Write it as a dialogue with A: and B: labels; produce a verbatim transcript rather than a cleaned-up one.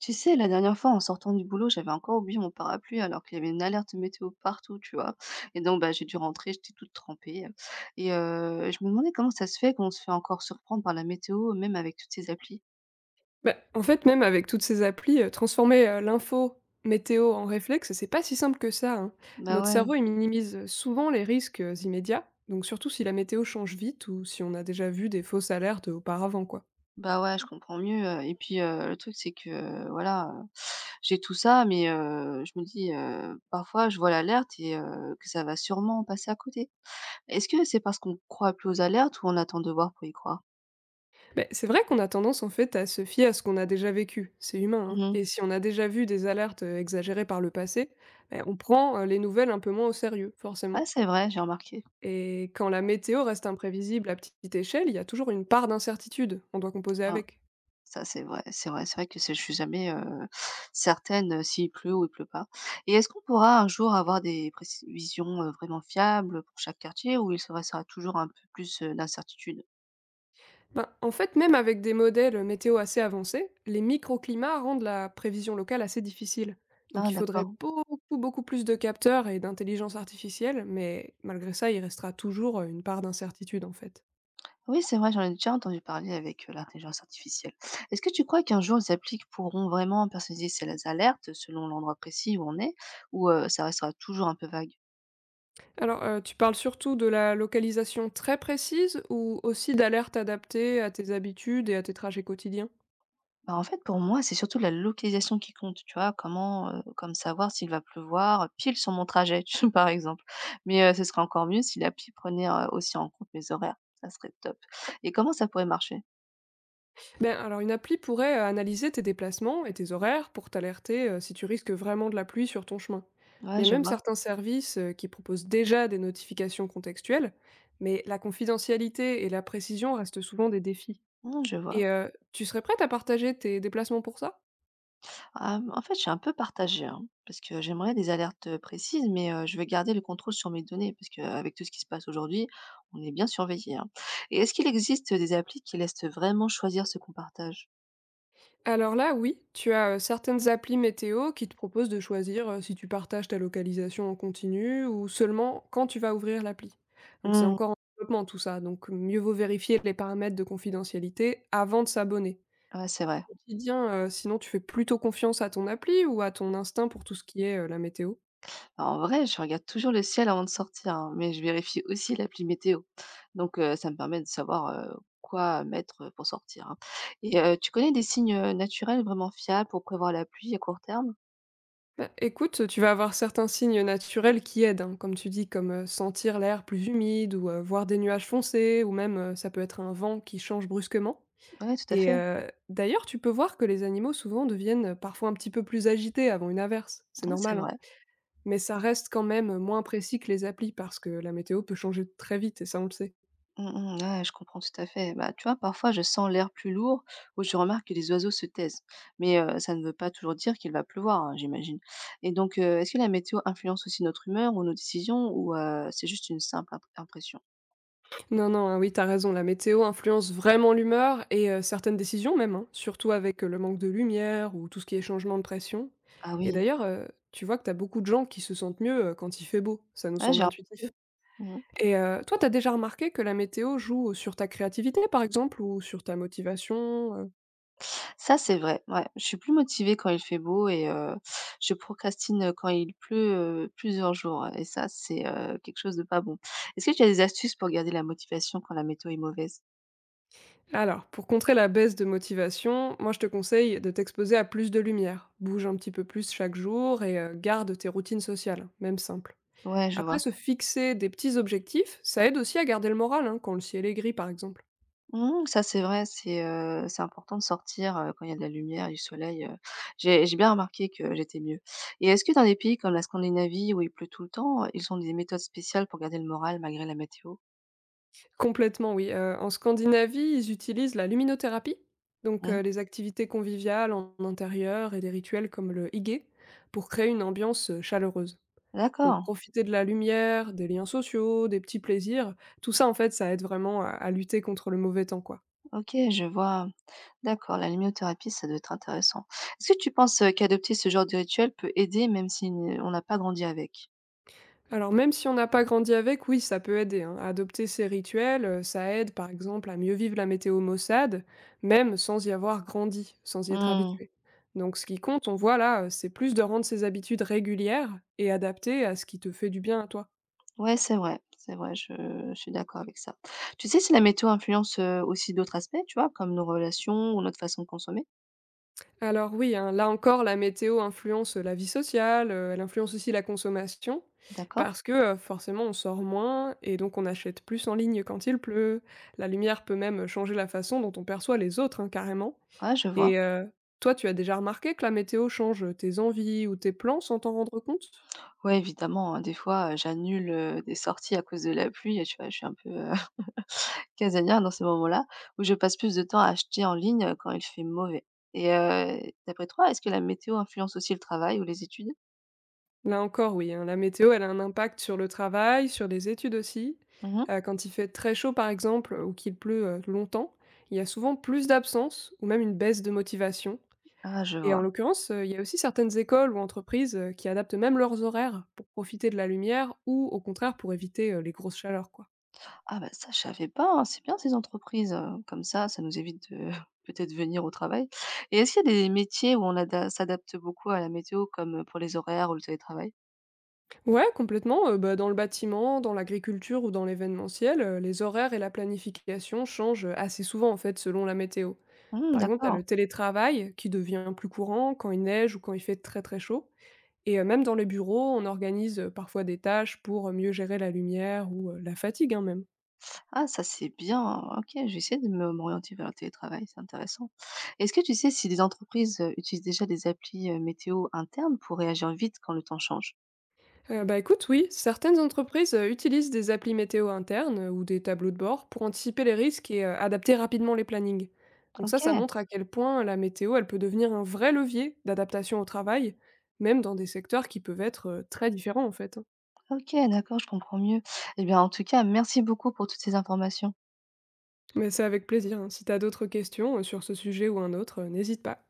A: Tu sais, la dernière fois, en sortant du boulot, j'avais encore oublié mon parapluie alors qu'il y avait une alerte météo partout, tu vois. Et donc, bah, j'ai dû rentrer, j'étais toute trempée. Et euh, je me demandais comment ça se fait qu'on se fait encore surprendre par la météo, même avec toutes ces applis.
B: Bah, en fait, même avec toutes ces applis, heu, transformer, heu, l'info météo en réflexe, c'est pas si simple que ça, hein.
A: Bah
B: Notre
A: ouais,
B: cerveau, il minimise, euh, souvent les risques, heu, immédiats, donc surtout si la météo change vite ou si on a déjà vu des fausses alertes auparavant, quoi.
A: bah ouais, je comprends mieux. euh, Et puis, euh, le truc, c'est que, euh, voilà, euh, j'ai tout ça, mais euh, je me dis, euh, parfois, je vois l'alerte et euh, que ça va sûrement passer à côté. Est-ce que c'est parce qu'on croit plus aux alertes ou on attend de voir pour y croire?
B: Beh, c'est vrai qu'on a tendance, en fait, à se fier à ce qu'on a déjà vécu, c'est humain, hein,
A: Mhm.
B: et si on a déjà vu des alertes heu, exagérées par le passé, beh, on prend, heu, les nouvelles un peu moins au sérieux, forcément.
A: Ouais, c'est vrai, j'ai remarqué.
B: Et quand la météo reste imprévisible à petite échelle, il y a toujours une part d'incertitude, on doit composer
A: Ouais.
B: avec.
A: Ça, c'est vrai, c'est vrai, c'est vrai que c'est je suis jamais, heu, certaine, heu, s'il pleut ou il pleut pas et est-ce qu'on pourra un jour avoir des prévisions heu, vraiment fiables pour chaque quartier ou il se restera toujours un peu plus, heu, d'incertitude?
B: Ben, en fait, même avec des modèles météo assez avancés, les microclimats rendent la prévision locale assez difficile. Donc
A: Ah
B: il faudrait
A: d'accord.
B: beaucoup, beaucoup plus de capteurs et d'intelligence artificielle, mais malgré ça, il restera toujours euh, une part d'incertitude, en fait.
A: Oui, c'est vrai, j'en ai déjà entendu parler avec, heu, l'intelligence artificielle. Est-ce que tu crois qu'un jour les appliques pourront vraiment personnaliser ces les alertes selon l'endroit précis où on est ou, heu, ça restera toujours un peu vague?
B: Alors, euh, tu parles surtout de la localisation très précise ou aussi d'alertes adaptées à tes habitudes et à tes trajets quotidiens?
A: Bah, en fait, pour moi, c'est surtout la localisation qui compte, tu vois? Comment, heu, comme savoir s'il va pleuvoir pile sur mon trajet, tu vois, par exemple. Mais, heu, ce serait encore mieux si l'appli prenait, heu, aussi en compte mes horaires, ça serait top. Et comment ça pourrait marcher?
B: Ben, alors une appli pourrait euh, analyser tes déplacements et tes horaires pour t'alerter, euh, si tu risques vraiment de la pluie sur ton chemin. Il
A: Ouais,
B: y a
A: je
B: même
A: vois.
B: certains services euh, qui proposent déjà des notifications contextuelles, mais la confidentialité et la précision restent souvent des défis.
A: Mmh, je vois.
B: Et euh, tu serais prête à partager tes déplacements pour ça?
A: Ah, en fait, je suis un peu partagée, hein, parce que j'aimerais des alertes, précises, mais, heu, je veux garder le contrôle sur mes données parce qu'avec tout ce qui se passe aujourd'hui, on est bien surveillés, hein. Et est-ce qu'il existe des applis qui laissent vraiment choisir ce qu'on partage?
B: Alors là, oui, tu as, heu, certaines applis météo qui te proposent de choisir, heu, si tu partages ta localisation en continu ou seulement quand tu vas ouvrir l'appli. Donc c'est
A: Mmh.
B: encore en développement, tout ça, donc mieux vaut vérifier les paramètres de confidentialité avant de s'abonner.
A: Ouais, c'est vrai.
B: Au quotidien, heu, sinon tu fais plutôt confiance à ton appli ou à ton instinct pour tout ce qui est, heu, la météo?
A: En vrai, je regarde toujours le ciel avant de sortir, hein, mais je vérifie aussi l'appli météo. Donc, euh, ça me permet de savoir euh, quoi mettre euh, pour sortir, hein. Et euh, tu connais des signes euh, naturels vraiment fiables pour prévoir la pluie à court terme?
B: Bah, écoute, tu vas avoir certains signes naturels qui aident, hein, comme tu dis, comme, heu, sentir l'air plus humide ou, heu, voir des nuages foncés ou même, heu, ça peut être un vent qui change brusquement.
A: Oui, tout à
B: Et
A: fait.
B: heu, d'ailleurs, tu peux voir que les animaux souvent deviennent parfois un petit peu plus agités avant une averse. C'est
A: Ouais, c'est
B: normal, hein,
A: vrai.
B: mais ça reste quand même moins précis que les applis parce que la météo peut changer très vite et ça, on le sait.
A: Mm, mm, ouais, je comprends tout à fait. Bah, tu vois, parfois, je sens l'air plus lourd ou je remarque que les oiseaux se taisent. Mais euh, ça ne veut pas toujours dire qu'il va pleuvoir, hein, j'imagine. Et donc, euh, est-ce que la météo influence aussi notre humeur ou nos décisions ou euh, c'est juste une simple imp- impression?
B: Non, non, hein, oui, t'as raison, la météo influence vraiment l'humeur et, heu, certaines décisions même, hein, surtout avec, heu, le manque de lumière ou tout ce qui est changement de pression.
A: Ah
B: Et
A: oui.
B: d'ailleurs, heu, tu vois que t'as beaucoup de gens qui se sentent mieux, heu, quand il fait beau. Ça nous
A: Ouais,
B: semble
A: j'ai
B: intuitif.
A: remarqué. Mmh.
B: Et heu, toi, t'as déjà remarqué que la météo joue sur ta créativité, par exemple, ou sur ta motivation, heu?
A: Ça, c'est vrai, ouais. Je suis plus motivée quand il fait beau et heu, je procrastine, quand il pleut, heu, plusieurs jours hein, et ça, c'est, heu, quelque chose de pas bon. Est-ce que tu as des astuces pour garder la motivation quand la météo est mauvaise?
B: Alors, pour contrer la baisse de motivation, moi je te conseille de t'exposer à plus de lumière. Bouge un petit peu plus chaque jour et euh, garde tes routines sociales, même simples.
A: Ouais, je
B: Après,
A: vois.
B: se fixer des petits objectifs, ça aide aussi à garder le moral, hein, quand le ciel est gris par exemple.
A: Mmh, ça, c'est vrai, c'est, heu, c'est important de sortir, heu, quand il y a de la lumière, du soleil, heu. J'ai j'ai bien remarqué que j'étais mieux et est-ce que dans des pays comme la Scandinavie où il pleut tout le temps, ils ont des méthodes spéciales pour garder le moral malgré la météo?
B: Complètement, oui. Euh, en Scandinavie, ils utilisent la luminothérapie, donc
A: Mmh.
B: euh, les activités conviviales en intérieur et des rituels comme le hygge, pour créer une ambiance euh, chaleureuse. Donc
A: D'accord,
B: profiter de la lumière, des liens sociaux, des petits plaisirs, tout ça, en fait, ça aide vraiment à à lutter contre le mauvais temps, quoi.
A: OK, je vois. D'accord, la lumiothérapie, ça doit être intéressant. Est-ce que tu penses, heu, qu'adopter ce genre de rituel peut aider même si n on n'a pas grandi avec?
B: Alors même si on n'a pas grandi avec, oui, ça peut aider, hein. Adopter ces rituels, heu, ça aide par exemple à mieux vivre la météo maussade, même sans y avoir grandi, sans y être
A: Mmh.
B: habitué. Donc ce qui compte, on voit là, heu, c'est plus de rendre ces habitudes régulières et adaptées à ce qui te fait du bien à toi.
A: Ouais, c'est vrai, c'est vrai, je je suis d'accord avec ça. Tu sais si la météo influence, heu, aussi d'autres aspects, tu vois? Comme nos relations ou notre façon de consommer?
B: Alors oui, hein, là encore, la météo influence la vie sociale, heu, elle influence aussi la consommation
A: D'accord.
B: parce que, heu, forcément, on sort moins et donc on achète plus en ligne quand il pleut. La lumière peut même changer la façon dont on perçoit les autres, hein, carrément.
A: Ouais, je vois.
B: Et heu, toi, tu as déjà remarqué que la météo change tes envies ou tes plans sans t'en rendre compte?
A: Ouais, évidemment, hein, des fois, heu, j'annule, heu, des sorties à cause de la pluie et tu vois, je suis un peu, heu, casanière dans ces moments-là, où je passe plus de temps à acheter en ligne, heu, quand il fait mauvais et heu, d'après toi, est-ce que la météo influence aussi le travail ou les études?
B: Là encore, oui, hein, la météo, elle a un impact sur le travail, sur les études aussi.
A: Mmh.
B: Heu, quand il fait très chaud, par exemple, ou qu'il pleut, heu, longtemps, il y a souvent plus d'absences ou même une baisse de motivation.
A: Ah je
B: Et en
A: vois.
B: l'occurrence, heu, il y a aussi certaines écoles ou entreprises, heu, qui adaptent même leurs horaires pour profiter de la lumière ou au contraire pour éviter, heu, les grosses chaleurs, quoi.
A: Ah bah ça je savais pas, hein, c'est bien ces entreprises, heu, comme ça, ça nous évite de peut-être venir au travail et est-ce qu'il y a des métiers où on ada s'adapte beaucoup à la météo comme, pour les horaires ou le télétravail?
B: Ouais, complètement, heu, bah, dans le bâtiment, dans l'agriculture ou dans l'événementiel, heu, les horaires et la planification changent, heu, assez souvent, en fait, selon la météo.
A: Mmh,
B: Par exemple, tu as
A: d'accord.
B: le télétravail qui devient plus courant quand il neige ou quand il fait très, très chaud. Et heu, même dans les bureaux, on organise, heu, parfois des tâches pour, heu, mieux gérer la lumière ou, heu, la fatigue, hein, même.
A: Ah ça c'est bien, OK, je vais essayer de me m'orienter vers le télétravail, c'est intéressant. Est-ce que tu sais si des entreprises, heu, utilisent déjà des applis, heu, météo internes pour réagir vite quand le temps change?
B: Heu, bah, écoute, oui, certaines entreprises, heu, utilisent des applis météo internes, heu, ou des tableaux de bord pour anticiper les risques et, heu, adapter rapidement les plannings. Donc ça, ça
A: OK,
B: montre à quel point la météo, elle peut devenir un vrai levier d'adaptation au travail, même dans des secteurs qui peuvent être, heu, très différents, en fait, hein.
A: OK, d'accord, je comprends mieux. Et bien, en tout cas, merci beaucoup pour toutes ces informations.
B: Mais c'est avec plaisir, hein. Si t'as d'autres questions, heu, sur ce sujet ou un autre, heu, n'hésite pas.